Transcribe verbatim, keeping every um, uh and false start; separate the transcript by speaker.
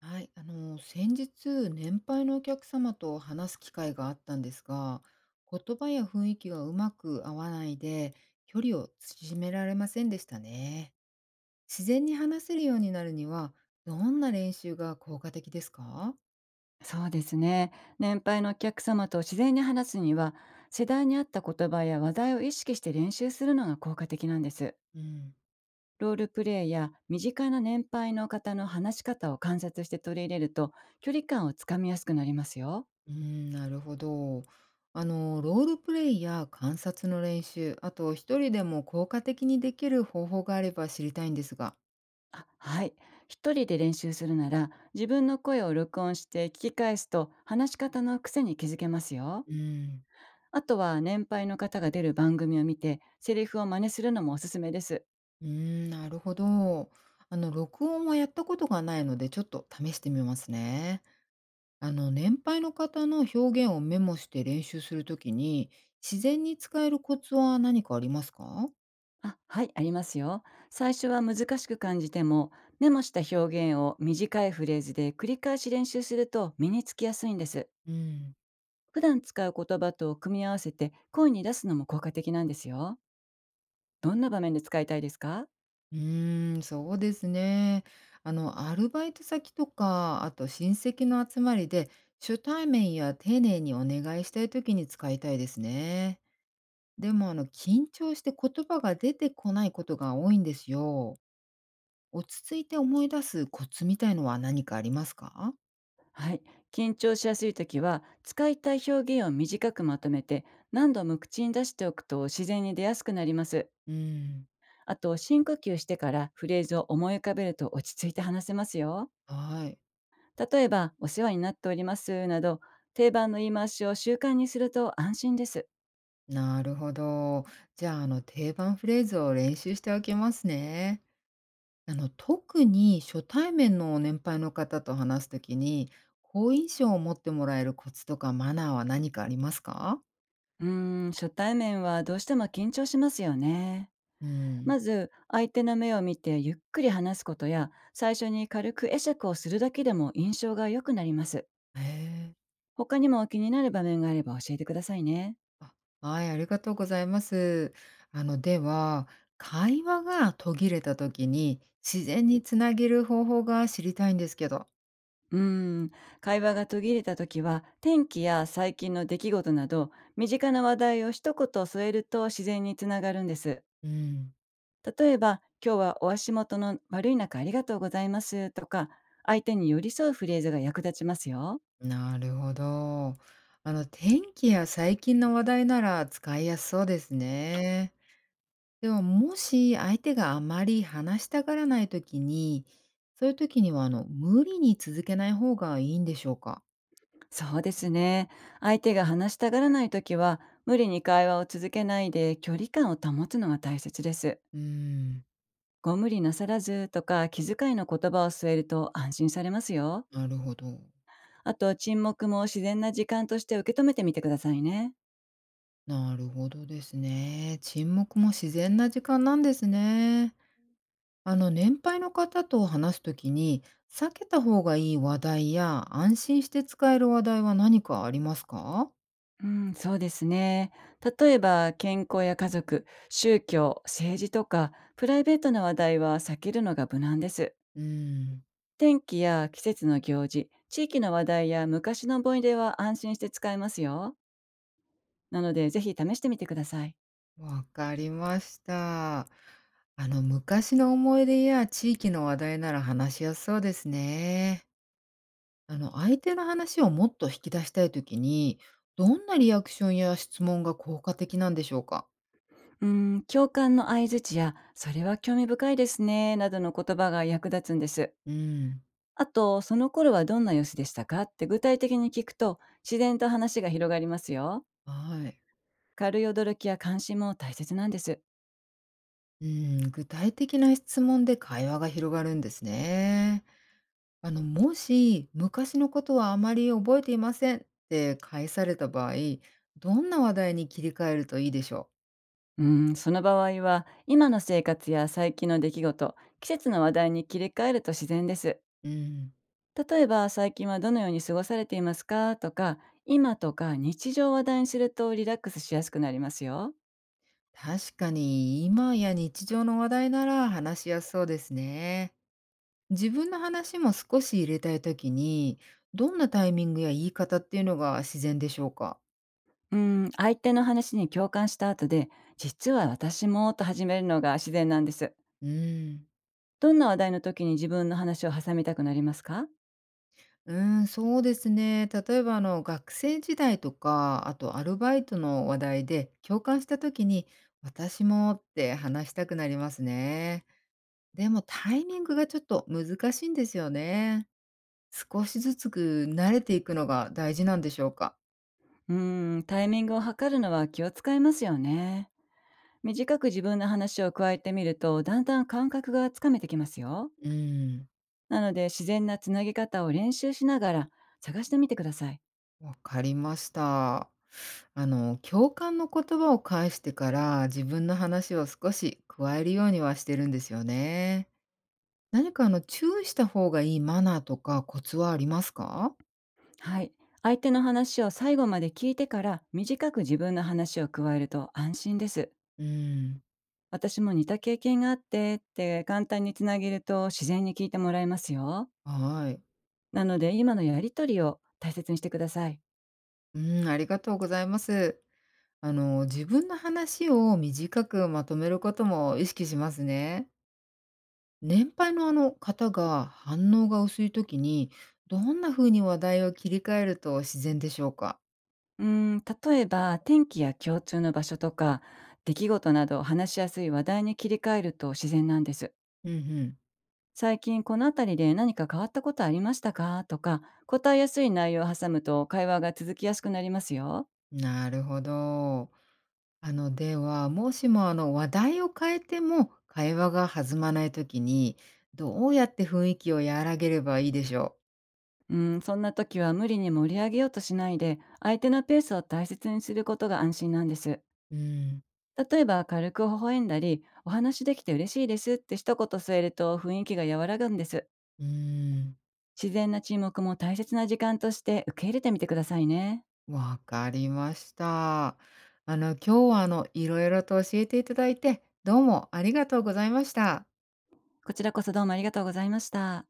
Speaker 1: はい、あの先日、年配のお客様と話す機会があったんですが、言葉や雰囲気がうまく合わないで、距離を縮められませんでしたね。自然に話せるようになるには、どんな練習が効果的ですか？
Speaker 2: そうですね。年配のお客様と自然に話すには、世代に合った言葉や話題を意識して練習するのが効果的なんです。
Speaker 1: うん、
Speaker 2: ロールプレイや身近な年配の方の話し方を観察して取り入れると、距離感をつかみやすくなりますよ。
Speaker 1: うん、なるほど。あのロールプレイや観察の練習、あと一人でも効果的にできる方法があれば知りたいんですが。
Speaker 2: あ、はい。一人で練習するなら、自分の声を録音して聞き返すと、話し方の癖に気づけますよ。
Speaker 1: うん。
Speaker 2: あとは、年配の方が出る番組を見て、セリフを真似するのもおすすめです。
Speaker 1: うーん、なるほど。あの、録音はやったことがないので、ちょっと試してみますね。あの、年配の方の表現をメモして練習するときに、自然に使えるコツは何かありますか？
Speaker 2: あ、はい、ありますよ。最初は難しく感じても、メモした表現を短いフレーズで繰り返し練習すると身につきやすいんです。
Speaker 1: うん、
Speaker 2: 普段使う言葉と組み合わせて声に出すのも効果的なんですよ。どんな場面で使いたいですか？
Speaker 1: うーん、そうですね。あの、アルバイト先とか、あと親戚の集まりで、初対面や丁寧にお願いしたいときに使いたいですね。でも、あの、緊張して言葉が出てこないことが多いんですよ。落ち着いて思い出すコツみたいのは何かありますか？
Speaker 2: はい、緊張しやすい時は使いたい表現を短くまとめて何度も口に出しておくと自然に出やすくなります。
Speaker 1: うん。
Speaker 2: あと、深呼吸してからフレーズを思い浮かべると落ち着いて話せますよ。
Speaker 1: はい、
Speaker 2: 例えば「お世話になっております」など、定番の言い回しを習慣にすると安心です。
Speaker 1: なるほど。じゃあ、あの、定番フレーズを練習しておきますね。あの、特に初対面の年配の方と話すときに、好印象を持ってもらえるコツとかマナーは何かありますか？
Speaker 2: うーん、初対面はどうしても緊張しますよね。
Speaker 1: うん。
Speaker 2: まず相手の目を見てゆっくり話すことや、最初に軽く会釈をするだけでも印象が良くなります。
Speaker 1: へえ。
Speaker 2: 他にも気になる場面があれば教えてくださいね。
Speaker 1: あ、はい、ありがとうございます。あの、では、会話が途切れた時に、自然につなげる方法が知りたいんですけど。
Speaker 2: うーん、会話が途切れた時は、天気や最近の出来事など身近な話題を一言添えると自然につながるんです。
Speaker 1: うん、
Speaker 2: 例えば、今日はお足元の悪い中ありがとうございますとか、相手に寄り添うフレーズが役立ちますよ。
Speaker 1: なるほど。あの、天気や最近の話題なら使いやすそうですね。でも、もし相手があまり話したがらないときに、そういうときには、あの、無理に続けない方がいいんでしょうか？
Speaker 2: そうですね。相手が話したがらないときは、無理に会話を続けないで、距離感を保つのが大切です。
Speaker 1: うーん。
Speaker 2: ご無理なさらずとか、気遣いの言葉を添えると安心されますよ。
Speaker 1: なるほど。
Speaker 2: あと、沈黙も自然な時間として受け止めてみてくださいね。
Speaker 1: なるほどですね。沈黙も自然な時間なんですね。あの、年配の方と話すときに、避けた方がいい話題や、安心して使える話題は何かありますか？
Speaker 2: うん、そうですね。例えば、健康や家族、宗教、政治とか、プライベートな話題は避けるのが無難です。
Speaker 1: うーん、
Speaker 2: 天気や季節の行事、地域の話題や昔の思い出は安心して使えますよ。なので、ぜひ試してみてください。
Speaker 1: わかりました。あの、昔の思い出や地域の話題なら話しやすそうですね。あの、相手の話をもっと引き出したいときに、どんなリアクションや質問が効果的なんでしょうか？
Speaker 2: うん、共感の相槌や、それは興味深いですね、などの言葉が役立つんです。
Speaker 1: うん、
Speaker 2: あと、その頃はどんな様子でしたかって具体的に聞くと、自然と話が広がりますよ。
Speaker 1: はい。
Speaker 2: 軽い驚きや関心も大切なんです。
Speaker 1: うん、具体的な質問で会話が広がるんですね。あの、もし「昔のことはあまり覚えていません」って返された場合、どんな話題に切り替えるといいでしょう？
Speaker 2: うーん、その場合は、今の生活や最近の出来事、季節の話題に切り替えると自然です。
Speaker 1: うん。
Speaker 2: 例えば、最近はどのように過ごされていますかとか、今とか日常を話題にするとリラックスしやすくなりますよ。
Speaker 1: 確かに今や日常の話題なら話しやすそうですね。自分の話も少し入れたいときに、どんなタイミングや言い方っていうのが自然でしょうか？
Speaker 2: うーん、相手の話に共感した後で、実は私もと始めるのが自然なんです。
Speaker 1: うん。
Speaker 2: どんな話題の時に自分の話を挟みたくなりますか？
Speaker 1: うん、そうですね。例えばあの学生時代とか、あとアルバイトの話題で共感したときに、私もって話したくなりますね。でもタイミングがちょっと難しいんですよね。少しずつ慣れていくのが大事なんでしょうか？
Speaker 2: うーん、タイミングを測るのは気を使いますよね。短く自分の話を加えてみると、だんだん感覚がつかめてきますよ。
Speaker 1: うん、
Speaker 2: なので、自然なつなぎ方を練習しながら探してみてください。
Speaker 1: わかりました。あの、共感の言葉を返してから、自分の話を少し加えるようにはしてるんですよね。何かあの、注意した方がいいマナーとかコツはありますか？
Speaker 2: はい。相手の話を最後まで聞いてから、短く自分の話を加えると安心です。
Speaker 1: うん、
Speaker 2: 私も似た経験があってって簡単につなげると、自然に聞いてもらえますよ。
Speaker 1: はい。
Speaker 2: なので、今のやりとりを大切にしてください。
Speaker 1: うん、ありがとうございます。あの、自分の話を短くまとめることも意識しますね。年配のあの方が反応が薄い時に、どんな風に話題を切り替えると自然でしょうか？
Speaker 2: うーん、例えば、天気や共通の場所とか、出来事などを話しやすい話題に切り替えると自然なんです。
Speaker 1: うんうん。
Speaker 2: 最近このあたりで何か変わったことありましたかとか、答えやすい内容を挟むと会話が続きやすくなりますよ。
Speaker 1: なるほど。あの、では、もしもあの、話題を変えても会話が弾まないときに、どうやって雰囲気を和らげればいいでしょう？
Speaker 2: うん、そんな時は無理に盛り上げようとしないで、相手のペースを大切にすることが安心なんです。
Speaker 1: うん、
Speaker 2: 例えば軽く微笑んだり、お話できて嬉しいですって一言添えると雰囲気が和らぐんです。
Speaker 1: うん、
Speaker 2: 自然な沈黙も大切な時間として受け入れてみてくださいね。
Speaker 1: わかりました。あの、今日はあの、色々と教えていただいて、どうもありがとうございました。
Speaker 2: こちらこそどうもありがとうございました。